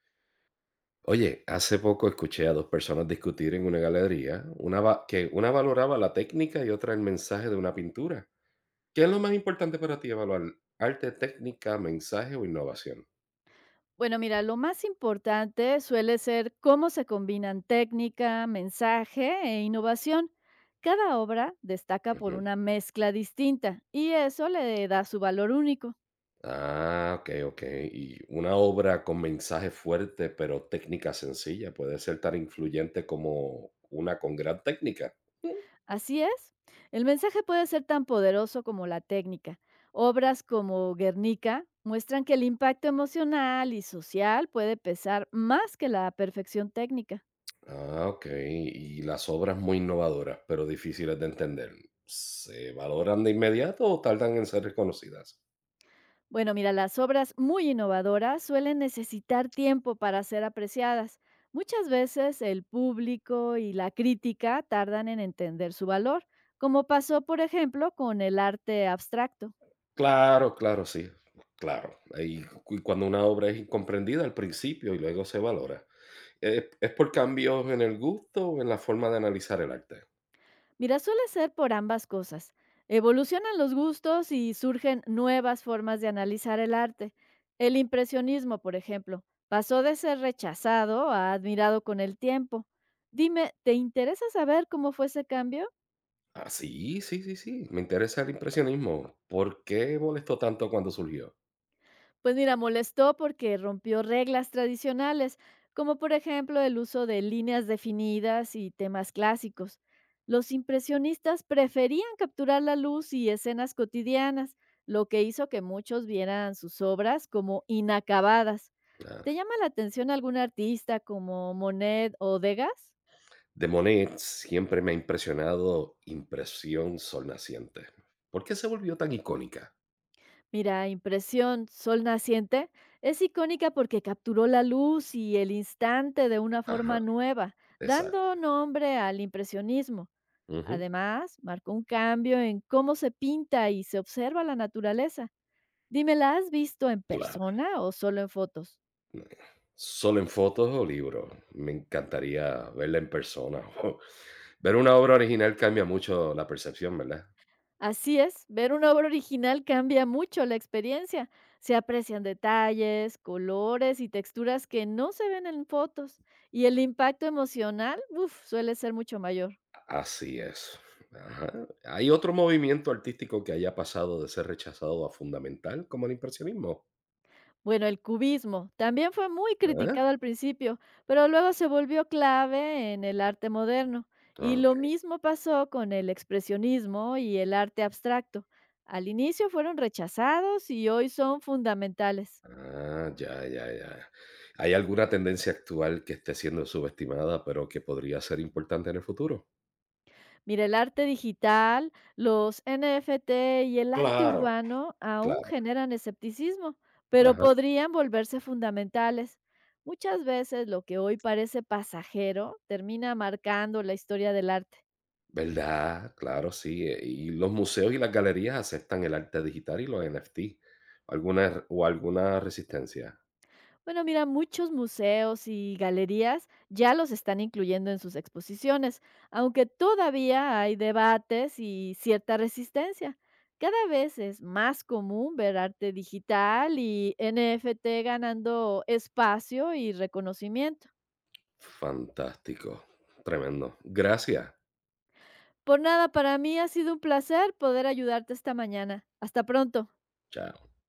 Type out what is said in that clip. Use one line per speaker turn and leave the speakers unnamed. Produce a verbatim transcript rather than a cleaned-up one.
Oye, hace poco escuché a dos personas discutir en una galería, una va- que una valoraba la técnica y otra el mensaje de una pintura. ¿Qué es lo más importante para ti evaluar? ¿Arte, técnica, mensaje o innovación?
Bueno, mira, lo más importante suele ser cómo se combinan técnica, mensaje e innovación. Cada obra destaca por
Ujú.
una mezcla distinta y eso le da su valor único.
Ah, ok, ok. Y una obra con mensaje fuerte pero técnica sencilla puede ser tan influyente como una con gran técnica. Mm.
Así es, el mensaje puede ser tan poderoso como la técnica. Obras como Guernica muestran que el impacto emocional y social puede pesar más que la perfección técnica.
Ah, ok. Y las obras muy innovadoras pero difíciles de entender, ¿se valoran de inmediato o tardan en ser reconocidas?
Bueno, mira, las obras muy innovadoras suelen necesitar tiempo para ser apreciadas. Muchas veces el público y la crítica tardan en entender su valor, como pasó, por ejemplo, con el arte abstracto.
Claro, claro, sí, claro. Y cu cuando una obra es incomprendida al principio y luego se valora. ¿Es es por cambios en el gusto o en la forma de analizar el arte?
Mira, suele ser por ambas cosas. Evolucionan los gustos y surgen nuevas formas de analizar el arte. El impresionismo, por ejemplo, pasó de ser rechazado a admirado con el tiempo. Dime, ¿te interesa saber cómo fue ese cambio?
Ah, sí, sí, sí, sí, me interesa el impresionismo. ¿Por qué molestó tanto cuando surgió?
Pues mira, molestó porque rompió reglas tradicionales, como por ejemplo el uso de líneas definidas y temas clásicos. Los impresionistas preferían capturar la luz y escenas cotidianas, lo que hizo que muchos vieran sus obras como inacabadas.
Ah,
¿Te llama la atención algún artista como Monet o Degas?
de Monet siempre me ha impresionado Impresión Sol Naciente. ¿Por qué se volvió tan icónica?
Mira, Impresión Sol Naciente es icónica porque capturó la luz y el instante de una
Ajá,
forma nueva,
exacto.
dando nombre al impresionismo.
Ujú,
Además, marcó un cambio en cómo se pinta y se observa la naturaleza. Dime, ¿la has visto en
claro.
persona o solo en fotos?
Solo en fotos o libros. Me encantaría verla en persona. Ver una obra original cambia mucho la percepción, ¿verdad?
Así es, ver una obra original cambia mucho la experiencia. Se aprecian detalles, colores y texturas que no se ven en fotos, y el impacto emocional, uf, suele ser mucho mayor.
Así es. Ajá. ¿Hay otro movimiento artístico que haya pasado de ser rechazado a fundamental, como el impresionismo?
Bueno, el cubismo también fue muy
¿Ah?
criticado al principio, pero luego se volvió clave en el arte moderno. Y lo
Ok.
mismo pasó con el expresionismo y el arte abstracto. Al inicio fueron rechazados y hoy son fundamentales.
Ah, ya, ya, ya. ¿Hay alguna tendencia actual que esté siendo subestimada, pero que podría ser importante en el futuro?
Mira, el arte digital, los N F T y el arte
Claro,
urbano aún
claro.
generan escepticismo, pero
Ajá.
podrían volverse fundamentales. Muchas veces lo que hoy parece pasajero termina marcando la historia del arte.
¿Verdad? Claro, sí, eh, y los museos y las galerías aceptan el arte digital y los N F T. ¿Alguna o alguna resistencia?
Bueno, mira, muchos museos y galerías ya los están incluyendo en sus exposiciones, aunque todavía hay debates y cierta resistencia. Cada vez es más común ver arte digital y N F T ganando espacio y reconocimiento.
Fantástico, tremendo. Gracias.
Por nada, para mí ha sido un placer poder ayudarte esta mañana. Hasta pronto.
Chao.